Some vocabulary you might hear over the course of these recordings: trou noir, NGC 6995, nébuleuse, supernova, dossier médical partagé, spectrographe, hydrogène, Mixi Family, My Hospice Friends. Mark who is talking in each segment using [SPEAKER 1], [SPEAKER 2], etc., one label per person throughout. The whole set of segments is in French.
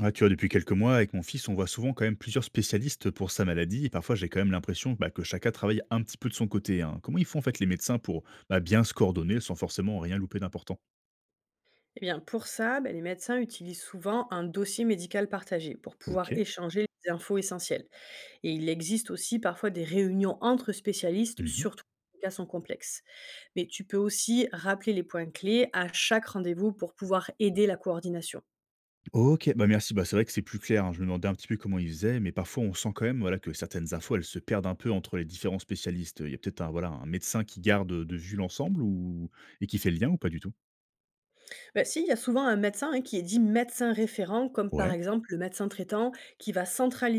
[SPEAKER 1] Ouais, tu vois, depuis quelques mois, avec mon fils, on voit souvent quand même plusieurs spécialistes pour sa maladie. Et parfois, j'ai quand même l'impression, bah, que chacun travaille un petit peu de son côté, hein. Comment ils font en fait les médecins pour bah, bien se coordonner sans forcément rien louper d'important?
[SPEAKER 2] Eh bien, pour ça, ben, les médecins utilisent souvent un dossier médical partagé pour pouvoir
[SPEAKER 1] Ok.
[SPEAKER 2] échanger les infos essentielles. Et il existe aussi parfois des réunions entre spécialistes,
[SPEAKER 1] Mhm.
[SPEAKER 2] surtout quand les cas sont complexes. Mais tu peux aussi rappeler les points clés à chaque rendez-vous pour pouvoir aider la coordination.
[SPEAKER 1] Ok, bah merci. Bah, c'est vrai que c'est plus clair, hein. Je me demandais un petit peu comment ils faisaient, mais parfois on sent quand même, voilà, que certaines infos elles se perdent un peu entre les différents spécialistes. Il y a peut-être un, voilà, un médecin qui garde de vue l'ensemble ou... et qui fait le lien ou pas du tout?
[SPEAKER 2] Bah, si, il y a souvent un médecin, hein, qui est dit médecin référent, comme par
[SPEAKER 1] Ouais.
[SPEAKER 2] exemple le médecin traitant, qui va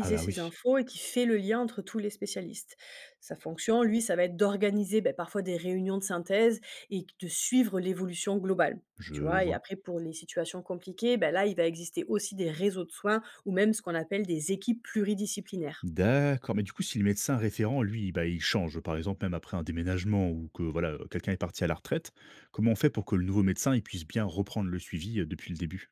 [SPEAKER 1] Ah bah oui,
[SPEAKER 2] ces infos et qui fait le lien entre tous les spécialistes. Sa fonction, lui, ça va être d'organiser ben, parfois des réunions de synthèse et de suivre l'évolution globale.
[SPEAKER 1] je
[SPEAKER 2] Tu vois, et
[SPEAKER 1] vois.
[SPEAKER 2] après, pour les situations compliquées, ben là, il va exister aussi des réseaux de soins ou même ce qu'on appelle des équipes pluridisciplinaires.
[SPEAKER 1] D'accord, mais du coup, si le médecin référent, lui, bah, il change, par exemple, même après un déménagement ou que, voilà, quelqu'un est parti à la retraite, comment on fait pour que le nouveau médecin il puisse bien reprendre le suivi depuis le début?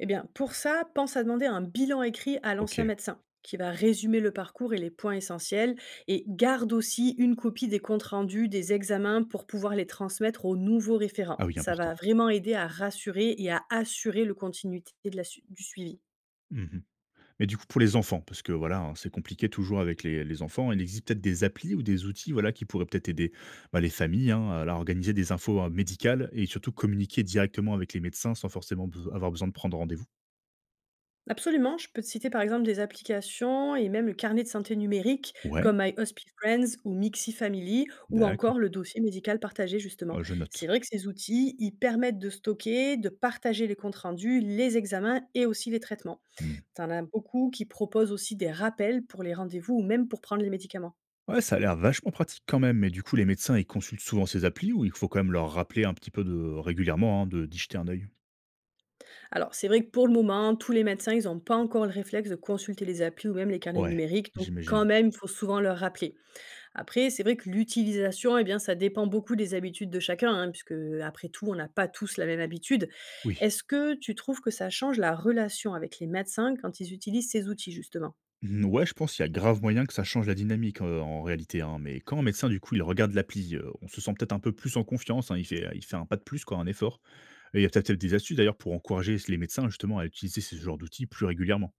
[SPEAKER 2] Eh bien, pour ça, pense à demander un bilan écrit à
[SPEAKER 1] Ok.
[SPEAKER 2] l'ancien médecin qui va résumer le parcours et les points essentiels et garde aussi une copie des comptes rendus, des examens pour pouvoir les transmettre au nouveau
[SPEAKER 1] Ah
[SPEAKER 2] référent.
[SPEAKER 1] oui,
[SPEAKER 2] Ça
[SPEAKER 1] important.
[SPEAKER 2] va vraiment aider à rassurer et à assurer le continuité de la du suivi.
[SPEAKER 1] Mhm. Mais du coup, pour les enfants, parce que voilà, hein, c'est compliqué toujours avec les enfants, il existe peut-être des applis ou des outils, voilà, qui pourraient peut-être aider bah, les familles, hein, à leur organiser des infos médicales et surtout communiquer directement avec les médecins sans forcément avoir besoin de prendre rendez-vous.
[SPEAKER 2] Absolument, je peux te citer par exemple des applications et même le carnet de santé numérique
[SPEAKER 1] Ouais,
[SPEAKER 2] comme My Hospice Friends ou Mixi Family ou
[SPEAKER 1] d'accord.
[SPEAKER 2] encore le dossier médical partagé justement.
[SPEAKER 1] Moi, je
[SPEAKER 2] C'est
[SPEAKER 1] note.
[SPEAKER 2] vrai que ces outils, ils permettent de stocker, de partager les comptes rendus, les examens et aussi les traitements. T'en as beaucoup qui proposent aussi des rappels pour les rendez-vous ou même pour prendre les médicaments.
[SPEAKER 1] Ouais, ça a l'air vachement pratique quand même, mais du coup, les médecins, ils consultent souvent ces applis ou il faut quand même leur rappeler un petit peu de régulièrement, hein, de d'y jeter un œil?
[SPEAKER 2] Alors c'est vrai que pour le moment, tous les médecins, ils n'ont pas encore le réflexe de consulter les applis ou même les carnets
[SPEAKER 1] Ouais,
[SPEAKER 2] numériques, donc quand
[SPEAKER 1] j'imagine.
[SPEAKER 2] même, il faut souvent leur rappeler. Après, c'est vrai que l'utilisation, eh bien, ça dépend beaucoup des habitudes de chacun, hein, puisque après tout, on n'a pas tous la même habitude.
[SPEAKER 1] Oui.
[SPEAKER 2] Est-ce que tu trouves que ça change la relation avec les médecins quand ils utilisent ces outils, justement?
[SPEAKER 1] Mmh, ouais, je pense qu'il y a grave moyen que ça change la dynamique, en réalité, hein, mais quand un médecin, du coup, il regarde l'appli, on se sent peut-être un peu plus en confiance, hein, il fait un pas de plus quoi, un effort. Et il y a peut-être des astuces d'ailleurs pour encourager les médecins justement à utiliser ce genre d'outils plus régulièrement?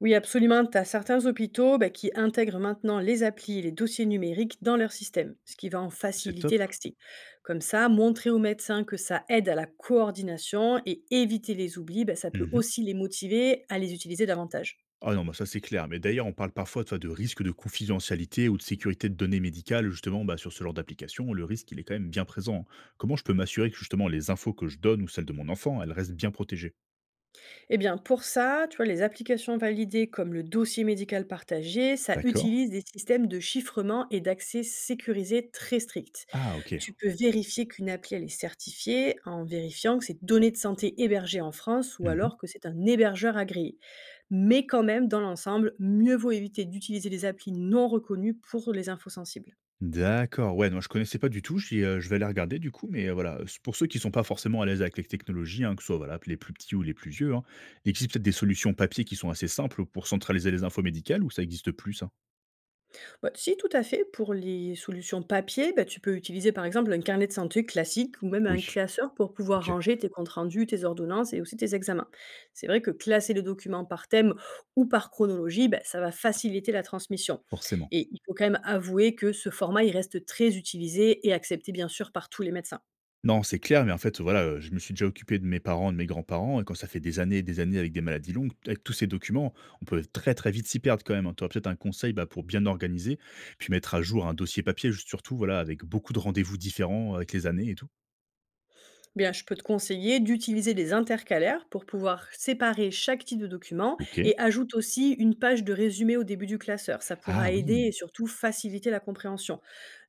[SPEAKER 2] Oui, absolument. Tu as certains hôpitaux bah, qui intègrent maintenant les applis et les dossiers numériques dans leur système, ce qui va en
[SPEAKER 1] C'est top.
[SPEAKER 2] faciliter l'accès. Comme ça, montrer aux médecins que ça aide à la coordination et éviter les oublis, bah, ça peut
[SPEAKER 1] Mmh.
[SPEAKER 2] aussi les motiver à les utiliser davantage.
[SPEAKER 1] Ah non, bah, ça c'est clair. Mais d'ailleurs, on parle parfois, tu vois, de risque de confidentialité ou de sécurité de données médicales, justement, bah, sur ce genre d'application. Le risque, il est quand même bien présent. Comment je peux m'assurer que justement les infos que je donne ou celles de mon enfant, elles restent bien protégées?
[SPEAKER 2] Eh bien, pour ça, tu vois, les applications validées comme le dossier médical partagé, ça
[SPEAKER 1] D'accord.
[SPEAKER 2] utilise des systèmes de chiffrement et d'accès sécurisés très stricts.
[SPEAKER 1] Ah, ok.
[SPEAKER 2] Tu peux vérifier qu'une appli elle est certifiée en vérifiant que c'est données de santé hébergées en France ou
[SPEAKER 1] Mhm.
[SPEAKER 2] alors que c'est un hébergeur agréé. Mais quand même, dans l'ensemble, mieux vaut éviter d'utiliser des applis non reconnues pour les infos sensibles.
[SPEAKER 1] D'accord. Ouais, non, je connaissais pas du tout. Je vais aller regarder du coup. Mais voilà, c'est pour ceux qui sont pas forcément à l'aise avec les technologies, hein, que ce soit voilà, les plus petits ou les plus vieux, hein, il existe peut-être des solutions papier qui sont assez simples pour centraliser les infos médicales ou ça existe plus, ça?
[SPEAKER 2] Bah, si, tout à fait. Pour les solutions papier, bah, tu peux utiliser par exemple un carnet de santé classique ou même un
[SPEAKER 1] Oui.
[SPEAKER 2] classeur pour pouvoir
[SPEAKER 1] Ok,
[SPEAKER 2] ranger tes comptes rendus, tes ordonnances et aussi tes examens. C'est vrai que classer le document par thème ou par chronologie, bah, ça va faciliter la transmission.
[SPEAKER 1] forcément.
[SPEAKER 2] Et il faut quand même avouer que ce format, il reste très utilisé et accepté bien sûr par tous les médecins.
[SPEAKER 1] Non, c'est clair, mais en fait, voilà, je me suis déjà occupé de mes parents, de mes grands-parents et quand ça fait des années et des années avec des maladies longues, avec tous ces documents, on peut très, très vite s'y perdre quand même, hein. Tu aurais peut-être un conseil, bah, pour bien organiser, puis mettre à jour un dossier papier, juste surtout, voilà, avec beaucoup de rendez-vous différents avec les années et tout?
[SPEAKER 2] Bien, je peux te conseiller d'utiliser des intercalaires pour pouvoir séparer chaque type de document
[SPEAKER 1] OK.
[SPEAKER 2] et ajoute aussi une page de résumé au début du classeur. Ça
[SPEAKER 1] Ah
[SPEAKER 2] pourra aider et
[SPEAKER 1] oui.
[SPEAKER 2] surtout faciliter la compréhension.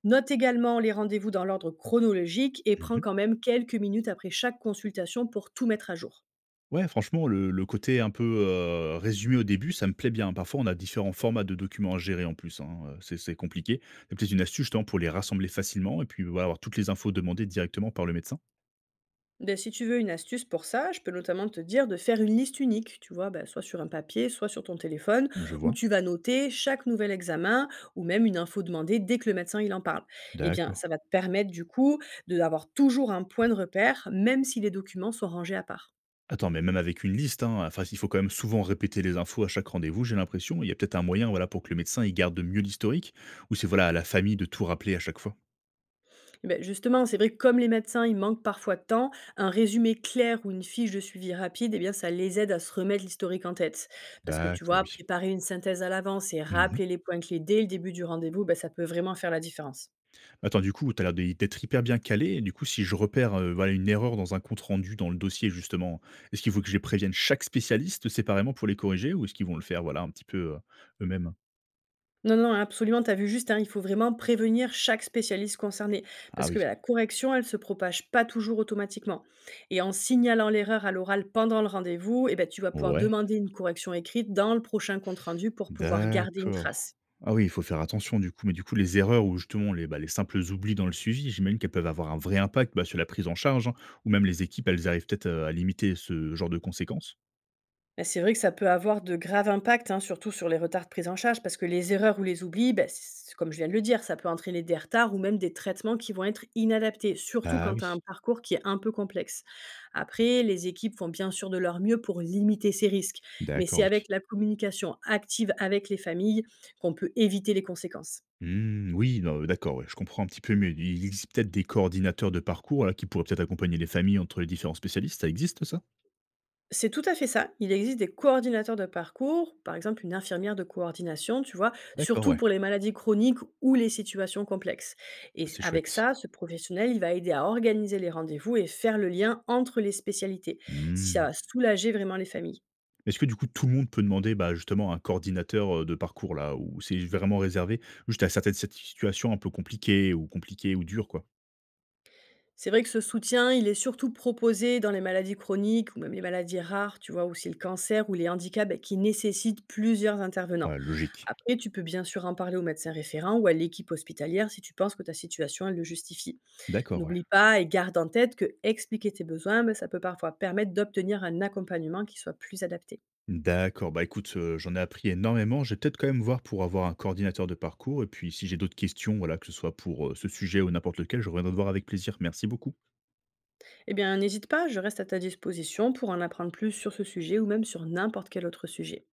[SPEAKER 2] Note également les rendez-vous dans l'ordre chronologique et prends
[SPEAKER 1] Mmh.
[SPEAKER 2] quand même quelques minutes après chaque consultation pour tout mettre à jour.
[SPEAKER 1] Ouais, franchement, le côté un peu, résumé au début, ça me plaît bien. Parfois, on a différents formats de documents à gérer en plus, hein, c'est compliqué. Tu as peut-être une astuce, justement, pour les rassembler facilement et puis, voilà, avoir toutes les infos demandées directement par le médecin?
[SPEAKER 2] Beh, si tu veux une astuce pour ça, je peux notamment te dire de faire une liste unique, tu vois, bah, soit sur un papier, soit sur ton téléphone,
[SPEAKER 1] Je
[SPEAKER 2] où
[SPEAKER 1] vois.
[SPEAKER 2] tu vas noter chaque nouvel examen ou même une info demandée dès que le médecin il en parle. Eh bien,
[SPEAKER 1] D'accord.
[SPEAKER 2] ça va te permettre du coup d'avoir toujours un point de repère, même si les documents sont rangés à part.
[SPEAKER 1] Attends, mais même avec une liste, hein, enfin, il faut quand même souvent répéter les infos à chaque rendez-vous, j'ai l'impression. Il y a peut-être un moyen, voilà, pour que le médecin il garde mieux l'historique, ou c'est, voilà, à la famille de tout rappeler à chaque fois.
[SPEAKER 2] Ben justement, c'est vrai que comme les médecins, ils manquent parfois de temps, un résumé clair ou une fiche de suivi rapide, eh bien, ça les aide à se remettre l'historique en tête. Parce que tu
[SPEAKER 1] D'accord,
[SPEAKER 2] vois,
[SPEAKER 1] oui.
[SPEAKER 2] préparer une synthèse à l'avance et
[SPEAKER 1] Mhm.
[SPEAKER 2] rappeler les points clés dès le début du rendez-vous, ben ça peut vraiment faire la différence.
[SPEAKER 1] Attends, du coup, tu as l'air d'être hyper bien calé. Du coup, si je repère voilà, une erreur dans un compte rendu dans le dossier, justement, est-ce qu'il faut que je les prévienne chaque spécialiste séparément pour les corriger, ou est-ce qu'ils vont le faire, voilà, un petit peu eux-mêmes?
[SPEAKER 2] Non, non, absolument, tu as vu juste, hein, il faut vraiment prévenir chaque spécialiste concerné.
[SPEAKER 1] Ah
[SPEAKER 2] Parce que
[SPEAKER 1] oui.
[SPEAKER 2] bah, la correction, elle se propage pas toujours automatiquement. Et en signalant l'erreur à l'oral pendant le rendez-vous, eh ben, tu vas pouvoir
[SPEAKER 1] Ouais.
[SPEAKER 2] demander une correction écrite dans le prochain compte-rendu pour pouvoir garder une
[SPEAKER 1] D'accord.
[SPEAKER 2] trace.
[SPEAKER 1] Ah oui, il faut faire attention du coup. Mais du coup, les erreurs ou justement les, bah, les simples oublis dans le suivi, j'imagine qu'elles peuvent avoir un vrai impact bah, sur la prise en charge, hein, ou même les équipes, elles arrivent peut-être à limiter ce genre de conséquences.
[SPEAKER 2] Bah, c'est vrai que ça peut avoir de graves impacts, hein, surtout sur les retards de prise en charge, parce que les erreurs ou les oublis, bah, comme je viens de le dire, ça peut entraîner des retards ou même des traitements qui vont être inadaptés, surtout
[SPEAKER 1] Ah
[SPEAKER 2] quand tu as un
[SPEAKER 1] oui,
[SPEAKER 2] parcours qui est un peu complexe. Après, les équipes font bien sûr de leur mieux pour limiter ces risques, mais
[SPEAKER 1] d'accord,
[SPEAKER 2] c'est
[SPEAKER 1] oui.
[SPEAKER 2] avec la communication active avec les familles qu'on peut éviter les conséquences.
[SPEAKER 1] Hmm, oui, non, d'accord, ouais, je comprends un petit peu mieux. Il existe peut-être des coordinateurs de parcours là, qui pourraient peut-être accompagner les familles entre les différents spécialistes. Ça existe ça?
[SPEAKER 2] C'est tout à fait ça. Il existe des coordinateurs de parcours, par exemple une infirmière de coordination, tu vois,
[SPEAKER 1] D'accord,
[SPEAKER 2] surtout
[SPEAKER 1] ouais.
[SPEAKER 2] pour les maladies chroniques ou les situations complexes.
[SPEAKER 1] Ah,
[SPEAKER 2] Et
[SPEAKER 1] c'est
[SPEAKER 2] avec
[SPEAKER 1] chouette.
[SPEAKER 2] ça, ce professionnel, il va aider à organiser les rendez-vous et faire le lien entre les spécialités. Ça va soulager vraiment les familles.
[SPEAKER 1] Est-ce que du coup tout le monde peut demander, bah, justement un coordinateur, de parcours là? Ou c'est vraiment réservé juste à certaines cette situations un peu compliquées ou compliquées ou dures, quoi?
[SPEAKER 2] C'est vrai que ce soutien, il est surtout proposé dans les maladies chroniques ou même les maladies rares, tu vois, aussi le cancer ou les handicaps bah, qui nécessitent plusieurs intervenants.
[SPEAKER 1] Ouais, logique.
[SPEAKER 2] Après, tu peux bien sûr en parler au médecin référent ou à l'équipe hospitalière si tu penses que ta situation, elle le justifie.
[SPEAKER 1] D'accord, ouais.
[SPEAKER 2] N'oublie pas et garde en tête que expliquer tes besoins, bah, ça peut parfois permettre d'obtenir un accompagnement qui soit plus adapté.
[SPEAKER 1] D'accord, bah, écoute, j'en ai appris énormément. Je vais peut-être quand même voir pour avoir un coordinateur de parcours et puis si j'ai d'autres questions, voilà, que ce soit pour, ce sujet ou n'importe lequel, je reviendrai te voir avec plaisir. Merci beaucoup.
[SPEAKER 2] Eh bien, n'hésite pas, je reste à ta disposition pour en apprendre plus sur ce sujet ou même sur n'importe quel autre sujet.